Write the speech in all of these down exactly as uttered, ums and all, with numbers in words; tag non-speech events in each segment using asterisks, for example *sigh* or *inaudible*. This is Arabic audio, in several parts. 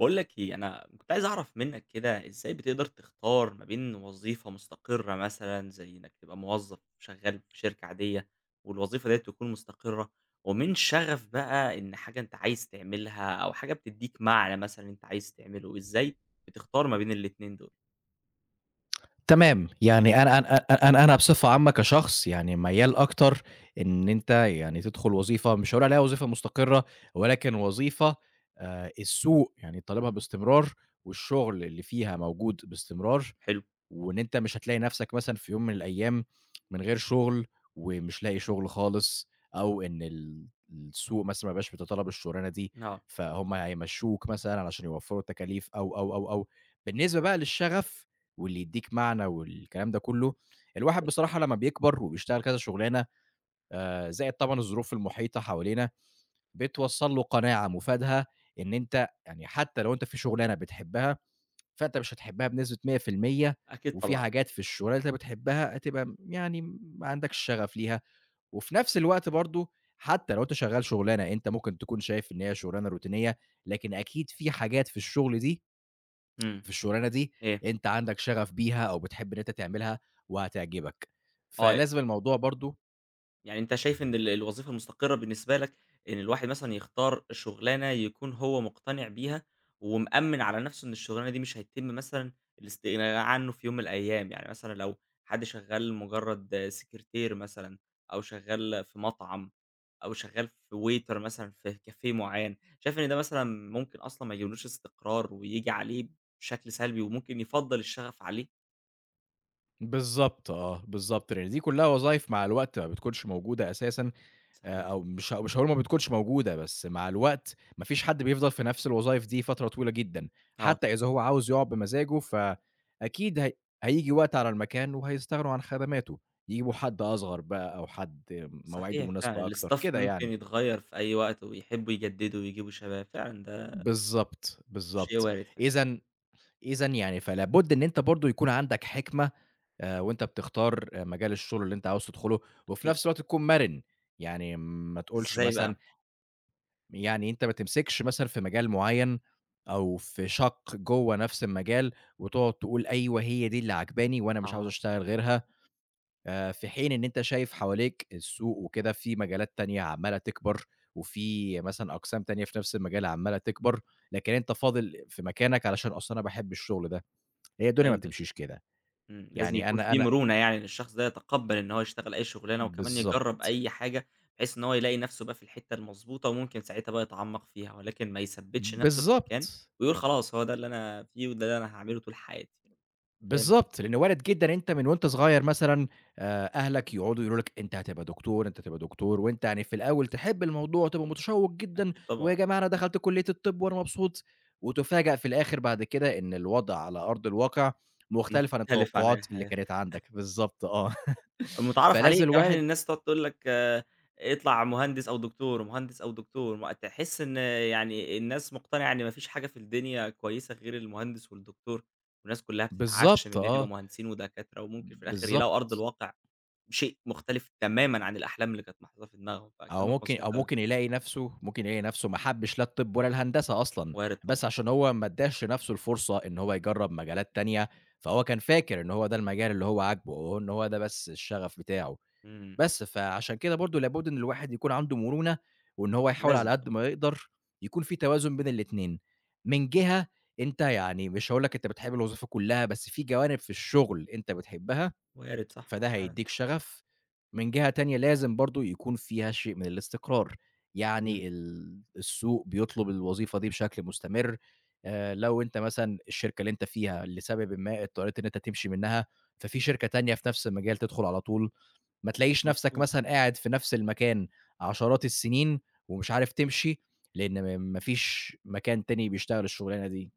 باقول لك إيه، أنا كنت عايز أعرف منّك كده إزاي بتقدر تختار ما بين وظيفة مستقرة مثلًا زي إنّك تبقى موظف شغّال في شركة عادية والوظيفة ديّة تكون مستقرة، ومن شغف بقى إن حاجة أنت عايز تعملها أو حاجة بتدّيك معنى مثلًا أنت عايز تعمله، إزاي بتختار ما بين الاتنين دول؟ تمام، يعني أنا أنا أ أنا أنا بصفة عامة كشخص يعني ميّال أكتر إن أنت يعني تدخل وظيفة مش هاقول عليها وظيفة مستقرة، ولكن وظيفة آآ السوق يعني طالبها باستمرار، والشغل اللي فيها موجود باستمرار، حلو، وإن أنت مش هتلاقي نفسك مثلًا في يوم من الأيام من غير شغل، ومش لاقي شغل خالص، أو إن ال السوق مثلًا ما بقاش بيتطلب الشغلانة دي، آه، فهُم هيمشّوك مثلًا علشان يوفّروا التكاليف أو، أو، أو، أو. بالنسبة بقى للشغف واللي يدّيك معنى والكلام ده كلّه، الواحد بصراحة لمّا بيكبر وبيشتغل كذا شغلانة، آآ، زائد طبعًا الظروف المحيطة حوالينا، بتوصّل له قناعة مفادها إن أنت يعني حتى لو أنت في شغلانة بتحبها فأنت مش هتحبها بنسبة مائة بالمائة. أكيد وفي طبعًا. حاجات في الشغلانة اللي أنت بتحبها هتبقى م يعني ما عندكش شغف ليها، وفي نفس الوقت برضه حتى لو أنت شغال شغلانة أنت ممكن تكون شايف إن هي شغلانة روتينية، لكن أكيد في حاجات في الشغل دي إمم، في الشغلانة دي إيه؟ أنت عندك شغف بيها أو بتحب إن أنت تعملها وهتعجبك، آه. فلازم الموضوع برضه يعني أنت شايف إن ال الوظيفة المستقرة بالنسبة لك، إن الواحد مثلًا يختار شغلانة يكون هو مقتنع بيها، ومأمِّن على نفسه إن الشغلانة دي مش هيتم مثلًا الاستغناء عنه في يوم من الأيام، يعني مثلًا لو حد شغال مجرد سكرتير مثلًا، أو شغال في مطعم، أو شغال في waiter مثلًا في كافيه معين، شايف إن ده مثلًا ممكن أصلًا ما يجيبلوش استقرار وييجي عليه بشكل سلبي، وممكن يفضّل الشغف عليه؟ بالضبط آه، بالضبط، لأن دي كلّها وظايف مع الوقت ما بتكونش موجودة أساسًا. آآ صحيح. أو مش مش هاقول ما بتكونش موجودة، بس مع الوقت ما فيش حد بيفضل في نفس الوظايف دي فترة طويلة جدًا، آه، حتى إذا هو عاوز يقعد بمزاجه فأكيد هي هييجي وقت على المكان وهيستغنوا عن خدماته، يجيبوا آه. حد أصغر بقى أو حد مواعيده صحيح مناسبة فعلًا، أكتر، الstaff كده ممكن يعني. يتغيّر في أي وقت ويحبّوا يجدّدوا ويجيبوا شباب، فعلًا ده بالضبط، شيء بالضبط. وارد فعلًا، إذًا إذًا يعني فلا بد إن أنت برضه يكون عندك حِكمة، آآ وأنت بتختار آه، مجال الشغل اللي أنت عاوز تدخله، وفي أكيد نفس طبعًا. الوقت تكون مَرِن، يعني ما تقولش إزاي مثلًا، بقى؟ يعني أنت ما تمسكش مثلًا في مجال معيّن أو في شَق جوّه نفس المجال، وتقعد تقول أيوه هي دي اللي عاجباني وأنا مش عاوز آه، أشتغل غيرها، آآ في حين إن أنت شايف حواليك السوق وكده في مجالات تانية عمّالة تكبر، وفي مثلًا أقسام تانية في نفس المجال عمّالة تكبر، لكن أنت فاضل في مكانك علشان أصل أنا باحب الشغل ده، هي الدنيا ما فهمتك، بتمشيش كده. إمم، لازم يعني يكون أنا في أنا مرونة يعني إن الشخص ده يتقبّل إن هو يشتغل أي شُغلانة وكمان يجرّب بالضبط، أي حاجة، بحيث إن هو يلاقي نَفْسه بقى في الحتّة المضبوطة وممكن ساعتها بقى يتعمّق فيها، ولكن ما يثبّتش نَفْسه في مكان بالضبط. ويقول خلاص هو ده اللي أنا فيه وده اللي أنا هاعمله طول حياتي، فهمت، بالضبط، لإنه وارد جدًا أنت من وأنت صغير مثلًا، آآ أهلك يقعدوا يقولوا لك: "أنت هتبقى دكتور، أنت هتبقى دكتور." وأنت يعني في الأول تحب الموضوع وتبقى متشوّق جدًا، أكيد طبعًا، "ويا جماعة أنا دخلت كلية الطب وأنا مبسوط." وتُفاجأ في الآخر بعد كده إن الوضع على أرض الواقع مختلف عن مختلف عن أي التوقعات اللي حاجة. كانت عندك، بالضبط آه. *laughs* متعرّف عليه فلازم كمان إن الواحد الناس تقعد تقول لك آه، اطلع مهندس أو دكتور، مهندس أو دكتور، ما تحس إن يعني الناس مقتنعة إن ما فيش حاجة في الدنيا كويسة غير المهندس والدكتور، والناس كلّها بتتعشم بالضبط إن هي تبقى آه، مهندسين ودكاترة وممكن في الآخر يلاقوا أرض بالضبط. الواقع شيء مختلف تمامًا عن الأحلام اللي كانت محطوطة في دماغهم، أو فكلامك ممكن مضبوط أو أوي، ممكن يلاقي نَفْسه، ممكن يلاقي نَفْسه ما حبّش لا الطِب ولا الهندسة أصلًا، وارد طبعًا، بس عشان هو ما ادّاش لنَفْسه الفرصة إن هو يجرّب مجالات تانية، فهو كان فاكر إن هو ده المجال اللي هو عاجبه أو إن هو ده بس الشغف بتاعه، إمم، بس فعشان كده برضه لابد إن الواحد يكون عنده مرونة وإن هو يحاول لازم على قد طبعًا، ما يقدر يكون في توازن بين الاتنين، من جهة أنت يعني مش هاقول لك أنت بتحب الوظيفة كُلّها، بس في جوانب في الشغل أنت بتحبها وارد صح فده فعلًا، هيدّيك شغف، من جهة تانية لازم برضه يكون فيها شيء من الاستقرار، إمم، يعني ال السوق بيطلب الوظيفة دي بشكل مستمر. آآ لو أنت مثلًا الشركة اللي أنت فيها لسببٍ ما اضطريت إن أنت تمشي منها، ففي شركة تانية في نفس المجال تدخل على طول، ما تلاقيش نفسك مضبوط. مثلًا قاعد في نفس المكان عشرات السنين ومش عارف تمشي، لإن م ما فيش مكان تاني بيشتغل الشغلانة دي.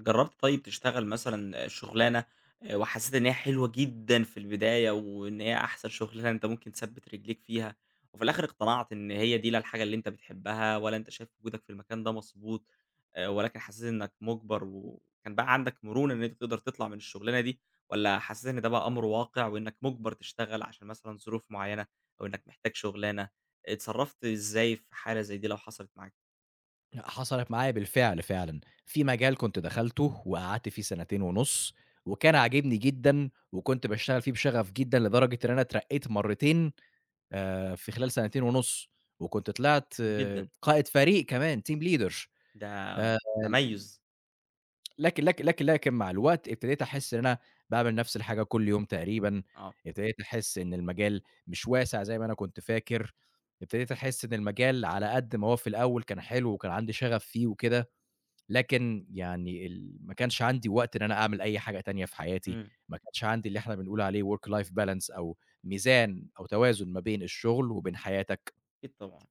جرّبت طيب تشتغل مثلًا شُغلانة آآ وحسّيت إن هي حلوة جدًا في البداية وإن هي أحسن شُغلانة أنت ممكن تثبِّت رجليك فيها وفي الآخِر اقتنعت إن هي دي لا الحاجة اللي أنت بتحبّها ولا أنت شايف وجودك في المكان ده مضبوط آآ ولكن حسّيت إنّك مُجبَر وكان بقى عندك مرونة إن أنت تقدر تطلع من الشُغلانة دي والّا حسّيت إن ده بقى أمر واقع وإنّك مُجبَر تشتغل عشان مثلًا ظروف معيّنة أو إنّك محتاج شُغلانة، اتصرّفت إزاي في حالة زي دي لو حصلت معاك؟ حصلت معايا بالفعل فعلًا، في مجال كنت دخلته وقعدت فيه سنتين ونُص، وكان عاجبني جدًا، وكنت باشتغل فيه بشغف جدًا لدرجة إن أنا اترقيت مرتين، آآ، في خلال سنتين ونُص، وكنت طلعت حلو آه، جدًا. قائد فريق كمان team leader. ده آآ، تميُّز. لكن لكن لكن لكن مع الوقت ابتديت أحس إن أنا باعمل نفس الحاجة كل يوم تقريبًا، آه. ابتديت أحس إن المجال مش واسع زي ما أنا كنت فاكر، ابتديت أحس إن المجال على قد ما هو في الأول كان حلو وكان عندي شغف فيه وكده، لكن يعني ال ما كانش عندي وقت إن أنا أعمل أي حاجة تانية في حياتي، إمم. ما كانش عندي اللي إحنا بنقول عليه work life balance أو ميزان أو توازن ما بين الشغل وبين حياتك. أكيد طبعًا.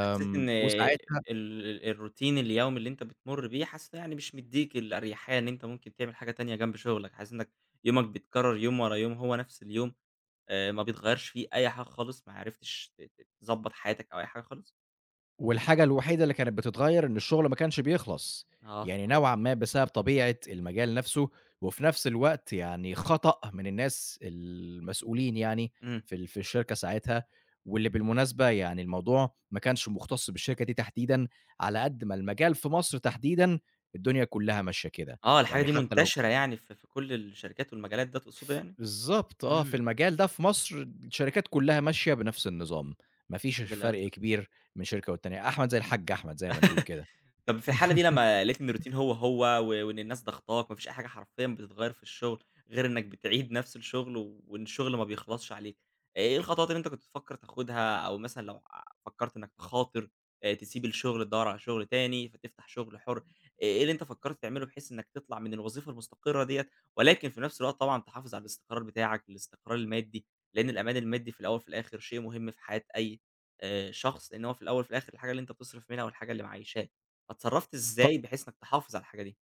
حسّيت إن ال وساعتها ال الروتين اليومي اللي أنت بتمُر بيه، حاسس إنه يعني مش مدّيك الأريحية إن أنت ممكن تعمل حاجة تانية جنب شغلك، حاسس إنّك يومك بيتكرّر يوم ورا يوم، هو نفس اليوم، آآ ما بيتغيّرش فيه أي حاجة خالص، ما عرفتش ت ت تضبّط حياتك أو أي حاجة خالص؟ والحاجة الوحيدة اللي كانت بتتغيّر إن الشغل ما كانش بيخلص، آه يعني طبعًا. نوعًا ما بسبب طبيعة المجال نفسه، وفي نفس الوقت يعني خطأ من الناس المسؤولين يعني إمم. في ال في الشركة ساعتها، واللي بالمناسبة يعني الموضوع ما كانش مُختص بالشركة دي تحديدًا، على قد ما المجال في مصر تحديدًا الدنيا كلّها ماشية كده، آه، الحاجة يعني دي حتى لو منتشرة يعني في في كل الشركات والمجالات ده تقصده يعني؟ بالضبط آه، في إمم، المجال ده في مصر الشركات كلّها ماشية بنفس النظام، ما فيش للأس فرق كبير من شركة والتانية، أحمد زي الحاج أحمد زي ما نقول كده. طب في الحالة دي *laughs* لمّا لقيت إن الروتين هو، هو و وإن الناس ضاغطاك، ما فيش أي حاجة حرفيًا بتتغيّر في الشغل غير إنك بتعيد نفس الشغل و- وإن الشغل ما بيخلصش عليك، إيه الخطوات اللي أنت كنت بتفكّر تاخدها أو مثلًا لو ع- فكّرت إنك تخاطر آآ تسيب الشغل تدوّر على شغل تاني، فتفتح شغل حُر، إيه اللي أنت فكّرت تعمله بحيث إنك تطلع من الوظيفة المستقرة ديّة، ولكن في نفس الوقت طبعًا تحافظ على الاستقرار بتاعك، الاستقرار المادي، لإن الأمان المادي في الأول وفي الآخر شيء مهم في حياة أي آآ شخص، لإن هو في الأول وفي الآخر الحاجة اللي أنت بتصرف منها والحاجة اللي معيّشاك. اتصرّفت ط إزاي بحيث إنك تحافظ على الحاجة دي؟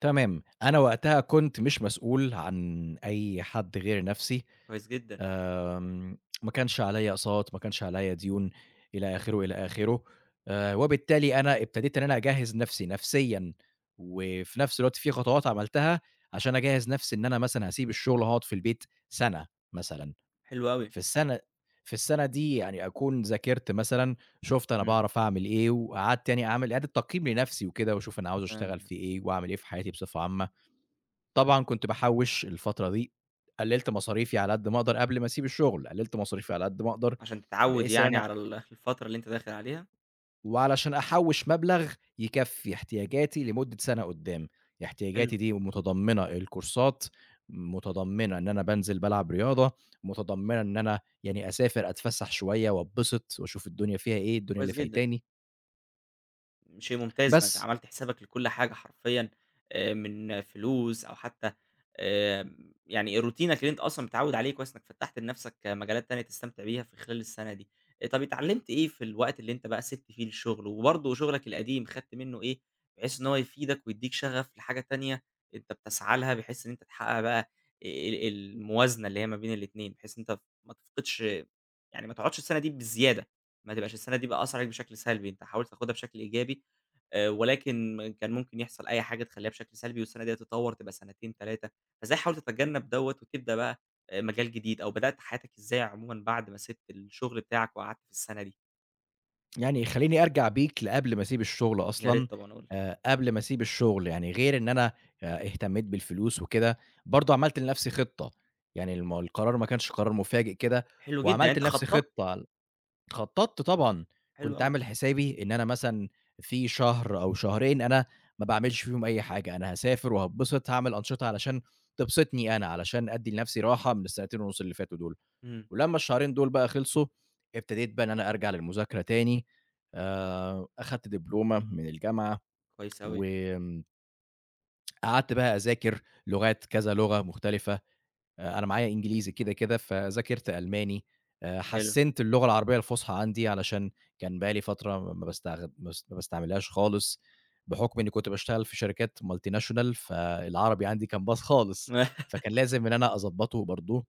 تمام، أنا وقتها كنت مش مسؤول عن أي حد غير نفسي، كويس جدًا، آمم، ما كانش عليَّ أقساط، ما كانش عليَّ ديون، إلى آخره، إلى آخره. آآ، وبالتالي أنا ابتديت إن أنا أجهّز نفسي نفسيًا، وفي نفس الوقت في خطوات عملتها عشان أجهّز نفسي إن أنا مثلًا هاسيب الشغل وهاقعد في البيت سَنة مثلًا. حلو أوي. في السنة في السنة دي يعني أكون ذاكرت مثلًا، شُفت أنا إمم. باعرف أعمل إيه، وقعدت يعني أعمل إعادة تقييم لنفسي وكده، وأشوف أنا عاوز أشتغل آمم، في إيه، وأعمل إيه في حياتي بصفة عامة. طبعًا كنت باحوّش الفترة دي، قلّلت مصاريفي على قد ما أقدر قبل ما أسيب الشغل، قلّلت مصاريفي على قد ما أقدر، عشان تتعوّد بحيث يعني إن على ال *laughs* الفترة اللي أنت داخل عليها، وعلشان أحوّش مبلغ يكفّي احتياجاتي لمدة سَنة قدّام، حلو، احتياجاتي دي متضمّنة الكورسات، متضمّنة إن أنا بانزل بالعب رياضة، متضمّنة إن أنا يعني أسافر أتفسّح شوية وأتبسط وأشوف الدنيا فيها إيه، الدنيا اللي كويس جدًا. فايتاني. شيء ممتاز إنك بس عملت حسابك لكل حاجة حرفيًا آآ، من فلوس أو حتى آمم، يعني روتينك اللي أنت أصلًا متعوّد عليه كويس إنك فتّحت لنفسك مجالات تانية تستمتع بيها في خلال السنة دي. آآ، طب اتعلمت إيه في الوقت اللي أنت بقى سِبت فيه الشغل، وبرضه شغلك القديم خدت منه إيه، بحيث إن هو يفيدك ويدّيك شغف لحاجة تانية أنت بتسعى لها، بحيث إن أنت تحقق بقى آآ، ال الموازنة اللي هي ما بين الاتنين، بحيث إن أنت ما تفقدش يعني ما تقعدش السنة دي بالزيادة، ما تبقاش السنة دي بقى أثّر عليك بشكل سلبي، أنت حاول تاخدها بشكل إيجابي، آآ ولكن كان ممكن يحصل أي حاجة تخلّيها بشكل سلبي والسنة ديّة تتطوّر تبقى سنتين، تلاتة فإزاي حاولت تتجنب دوّة وتبدأ بقى آآ مجال جديد، أو بدأت حياتك إزاي عمومًا بعد ما سِبت الشغل بتاعك وقعدت في السنة دي؟ يعني يخلّيني أرجع بيك لقبل ما أسيب الشغل يا أصلًا. ريت طبعًا قُل لي. آآ قبل ما أسيب الشغل، يعني غير إن أنا آآ اهتمّيت بالفلوس وكده، برضه عملت لنَفْسي خطة، يعني الم القرار ما كانش قرار مفاجئ كده، حلو جدًا، يعني وعملت أنت لنَفْسي خطّطت خطة خطّطت طبعًا، حلو كنت أوي، عامل حسابي إن أنا مثلًا في شهر أو شهرين أنا ما باعملش فيهم أي حاجة، أنا هاسافر وهاتبسط، هاعمل أنشطة علشان تبسطني أنا، علشان أدّي لنفسي راحة من السنتين ونُص اللي فاتوا دول، إمم، ولمّا الشهرين دول بقى خلصوا، ابتديت بقى إن أنا أرجع للمذاكرة تاني. آآ، أخدت دبلومة من الجامعة، كويس أوي، وآمم، قعدت بقى أذاكر لغات، كذا لغة مختلفة. آآ أنا معايا إنجليزي كده، كده، فذاكرت ألماني. آآ حلو حسّنت اللغة العربية الفصحى عندي علشان كان بقى لي فترة ما باستخ ما باس ما باستعملهاش خالص، بحُكم إنّي كنت باشتغل في شركات multinational فالعربي عندي كان بايظ خالص، *laughs* فكان لازم إن أنا أضبّطه برضه.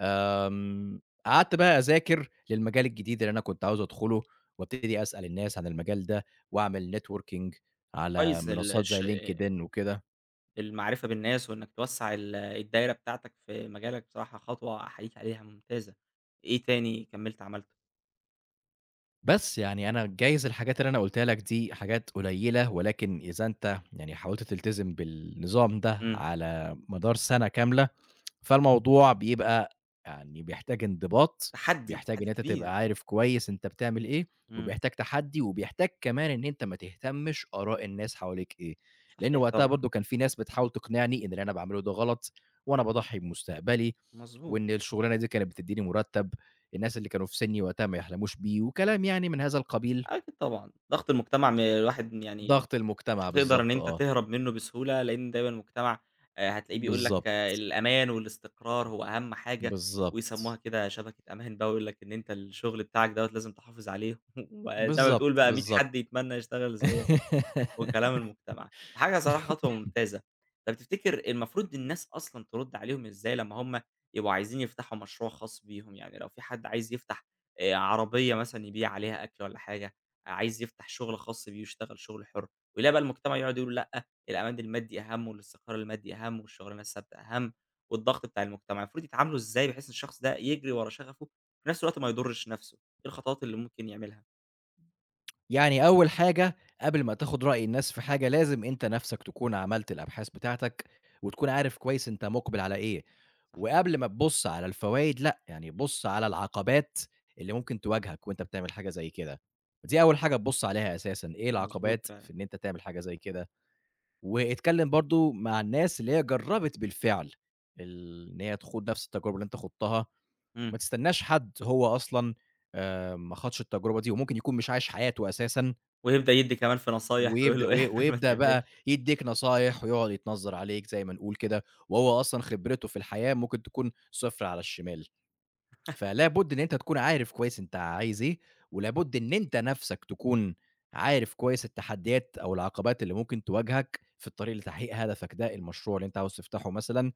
آمم قعدت بقى أذاكر للمجال الجديد اللي أنا كنت عاوز أدخله وابتدي أسأل الناس عن المجال ده وأعمل networking على كويس ال منصات زي الش LinkedIn وكده. المعرفة بالناس وإنك توسّع ال الدايرة بتاعتك في مجالك بصراحة خطوة أحييك عليها ممتازة. إيه تاني كمّلت عملته؟ بس يعني أنا جايز الحاجات اللي أنا قُلتها لك دي حاجات قليلة، ولكن إذا أنت يعني حاولت تلتزم بالنظام ده إمم. على مدار سَنة كاملة، فالموضوع بيبقى يعني بيحتاج انضباط، تحدّي، بيحتاج إن تحدّي أنت تبقى كبير. عارف كويس أنت بتعمل إيه، إمم. وبيحتاج تحدّي، وبيحتاج كمان إن أنت ما تهتمش آراء الناس حواليك إيه، لإن صحيح وقتها طبعًا، برضه كان في ناس بتحاول تقنعني إن اللي أنا باعمله ده غلط، وأنا باضحّي بمستقبلي، مضبوط. وإن الشغلانة دي كانت بتدّيني مُرتّب الناس اللي كانوا في سِنّي وقتها ما يحلموش بيه، وكلام يعني من هذا القبيل، أكيد طبعًا. ضغط المجتمع م الواحد يعني ضغط مش المجتمع هتقدر إن بالضبط أنت آه، تهرب منّه بسهولة، لإن دايمًا المجتمع آآ هتلاقيه بيقول لك آه، بالضبط، الأمان والاستقرار هو أهم حاجة ويسمّوها بالضبط، كده شبكة أمان بقى ويقول لك إن أنت الشغل بتاعك دوّة لازم تحافظ عليه *laughs* وزي ما بالضبط، بتقول بقى مية بالضبط. حد يتمنّى يشتغل زيّك. وكلام *laughs* المجتمع، فحاجة صراحة خطوة ممتازة. طب تفتكر المفروض الناس أصلًا ترُد عليهم إزاي لمّا هم يبقوا عايزين يفتحوا مشروع خاص بيهم؟ يعني لو في حد عايز يفتح آآ عربية مثلًا يبيع عليها أكل والّا حاجة، عايز يفتح شغل خاص بيه ويشتغل شغل حُر، ويلاقي بقى المجتمع يقعد يقول لأ، الأمان المادي أهم والاستقرار المادي أهم والشغلانة الثابتة أهم والضغط بتاع المجتمع، المفروض يتعاملوا إزاي بحيث ان الشخص ده يجري ورا شغفه، وفي نفس الوقت ما يضرش نفسه؟ إيه الخطوات اللي ممكن يعملها؟ يعني أول حاجة قبل ما تاخد رأي الناس في حاجة، لازم أنت نَفْسك تكون عملت الأبحاث بتاعتك، وتكون عارف كويس أنت مُقبِل على إيه، صح، وقبل ما تبُص على الفوايد لأ، يعني بُص على العقبات اللي ممكن تواجهك وأنت بتعمل حاجة زي كده، دي أول حاجة تبُص عليها أساسًا، إيه مضبوط العقبات فعلًا. في إن أنت تعمل حاجة زي كده، واتكلّم برضه مع الناس اللي هي جرّبِت بالفعل ال إن هي تخوض نَفْس التجربة اللي أنت خُضتها، إمم. ما تستناش حد هو أصلًا آآ ما خاضش التجربة دي، وممكن يكون مش عايش حياته أساسًا ويبدأ يدّي كمان في نصايح ويقول ويبدأ له وي اعمل *laughs* ما ويبدأ بقى تعملش. يدّيك نصايح ويقعد يتنظّر عليك زي ما نقول كده، وهو أصلًا خبرته في الحياة ممكن تكون صفر على الشمال، فلابد إن أنت تكون عارف كويس أنت عايز إيه، ولابد إن أنت نَفْسك تكون عارف كويس التحديات أو العقبات اللي ممكن تواجهك في الطريق لتحقيق هدفك ده، المشروع اللي أنت عاوز تفتحه مثلًا،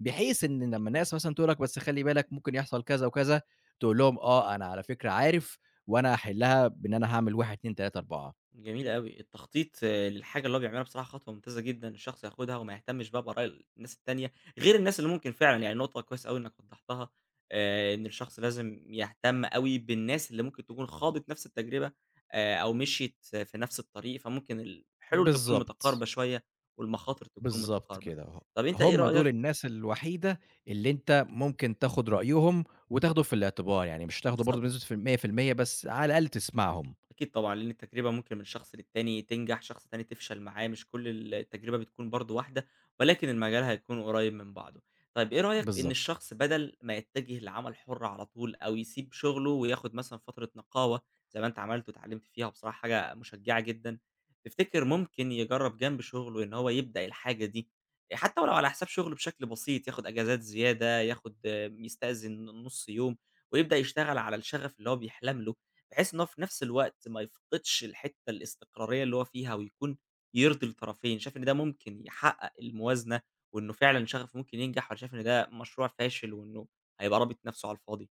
بحيث إن لمّا طبعا الناس مثلًا تقول لك بس خلّي بالك ممكن يحصل كذا وكذا، تقول لهم آه أنا على فكرة عارف وأنا هاحلّها بإن أنا هاعمل واحد، اتنين، ثلاثة، أربعة. جميل أوي. التخطيط آه، للحاجة اللي هو بيعملها بصراحة خطوة ممتازة جدًا الشخص ياخدها وما يهتمش بقى بآراء الناس التانية، غير الناس اللي ممكن فعلًا يعني نقطة كويسة أوي إنك وضّحتها، آآ إن الشخص لازم يهتم أوي بالناس اللي ممكن تكون خاضت نفس التجربة آآ أو مشيت في نفس الطريق، فممكن الحلول تكون متقاربة بالضبط. شوية والمخاطر تكون بالضبط متقاربة. كده، ه طَب أنت إيه هم رأيك دول الناس الوحيدة اللي أنت ممكن تاخد رأيهم وتاخده في الاعتبار، يعني مش تاخده برضه بالضبط. بنسبة في ال مية بالمية بس على الأقل تسمعهم، أكيد طبعًا، لأن التجربة ممكن من شخص للتاني تنجح، شخص تاني تفشل معاه، مش كل ال التجربة بتكون برضه واحدة، ولكن المجال هيكون قريب من بعضه. طيب إيه رأيك في إن بالضبط. الشخص بدل ما يتجه لعمل حُر على طول أو يسيب شغله وياخد مثلًا فترة نقاهة زي ما أنت عملت واتعلمت فيها بصراحة حاجة مشجعة جدًا، تفتكر ممكن يجرّب جنب شغله إن هو يبدأ الحاجة دي حتى ولو على حساب شغله بشكل بسيط، ياخد أجازات زيادة، ياخد آه، يستأذن نُص يوم ويبدأ يشتغل على الشغف اللي هو بيحلم له؟ بحيث إن هو في نفس الوقت ما يفقدش الحتّة الاستقرارية اللي هو فيها ويكون يرضي الطرفين، شايف إن ده ممكن يحقق الموازنة وإنه فعلًا شغفه ممكن ينجح والّا شايف إن ده مشروع فاشل وإنه هيبقى رابط نفسه على الفاضي؟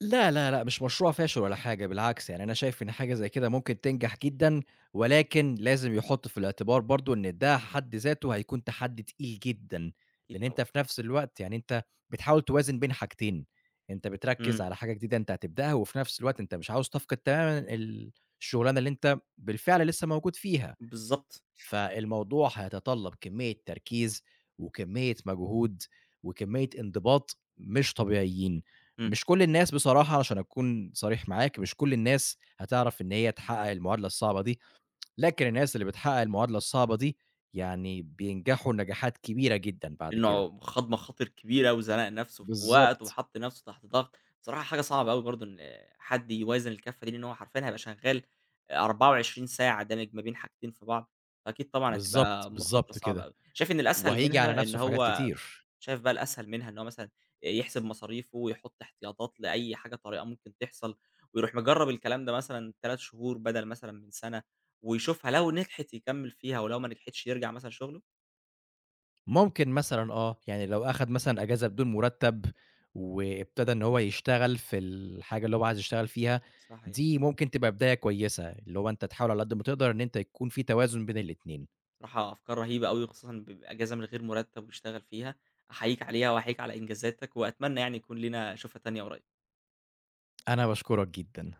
لا، لا، لأ، مش مشروع فاشل ولا حاجة، بالعكس يعني أنا شايف إن حاجة زي كده ممكن تنجح جدًا، ولكن لازم يحُط في الاعتبار برضه إن ده حد ذاته هيكون تحدي تقيل جدًا، أكيد لإن طبعًا. أنت في نفس الوقت يعني أنت بتحاول توازن بين حاجتين، أنت بتركّز إمم، على حاجة جديدة أنت هتبدأها، وفي نفس الوقت أنت مش عاوز تفقد تمامًا ال الشغلانة اللي أنت بالفعل لسه موجود فيها. بالضبط، فالموضوع هيتطلب كمية تركيز، وكمية مجهود، وكمية انضباط مش طبيعيين. إمم، مش كل الناس بصراحة عشان أكون صريح معاك، مش كل الناس هتعرف إن هي تحقق المعادلة الصعبة دي، لكن الناس اللي بتحقق المعادلة الصعبة دي يعني بينجحوا نجاحات كبيرة جدًا بعد كده. لإنه خَد مخاطر كبيرة وزنق نفسه في وقت بالضبط، وحَط نفسه تحت ضغط، بصراحة حاجة صعبة أوي برضه إن حد يوازن الكفّة دي، لإن هو حرفيًا هيبقى شغّال أربعة وعشرين ساعة دامج ما بين حاجتين في بعض، فأكيد طبعًا بالضبط، هتبقى مخاطرة بالضبط صعبة كده، أوي. شايف إن الأسهل وهييجي على منها إن نفسه في حاجات هو كتير. شايف بقى الأسهل منها إن هو مثلًا يحسب مصاريفه ويحط احتياطات لأي حاجة طارئة ممكن تحصل، ويروح مجرّب الكلام ده مثلًا ثلاثة شهور بدل مثلًا من سنة، ويشوفها لو نجحت يكمّل فيها ولو ما نجحتش يرجع مثلًا شغله. ممكن مثلًا آه، يعني لو أخد مثلًا أجازة بدون مرتب، وابتدى إن هو يشتغل في الحاجة اللي هو عايز يشتغل فيها، صحيح. دي ممكن تبقى بداية كويسة، اللي هو أنت تحاول على قد ما تقدر إن أنت يكون في توازن بين الاتنين. بصراحة أفكار رهيبة أوي وخصوصًا ب بأجازة من غير مُرتّب ويشتغل فيها، أحييك عليها وأحييك على إنجازاتك وأتمنى يعني يكون لينا شُفرة تانية قريب. أنا باشكرك جدًا.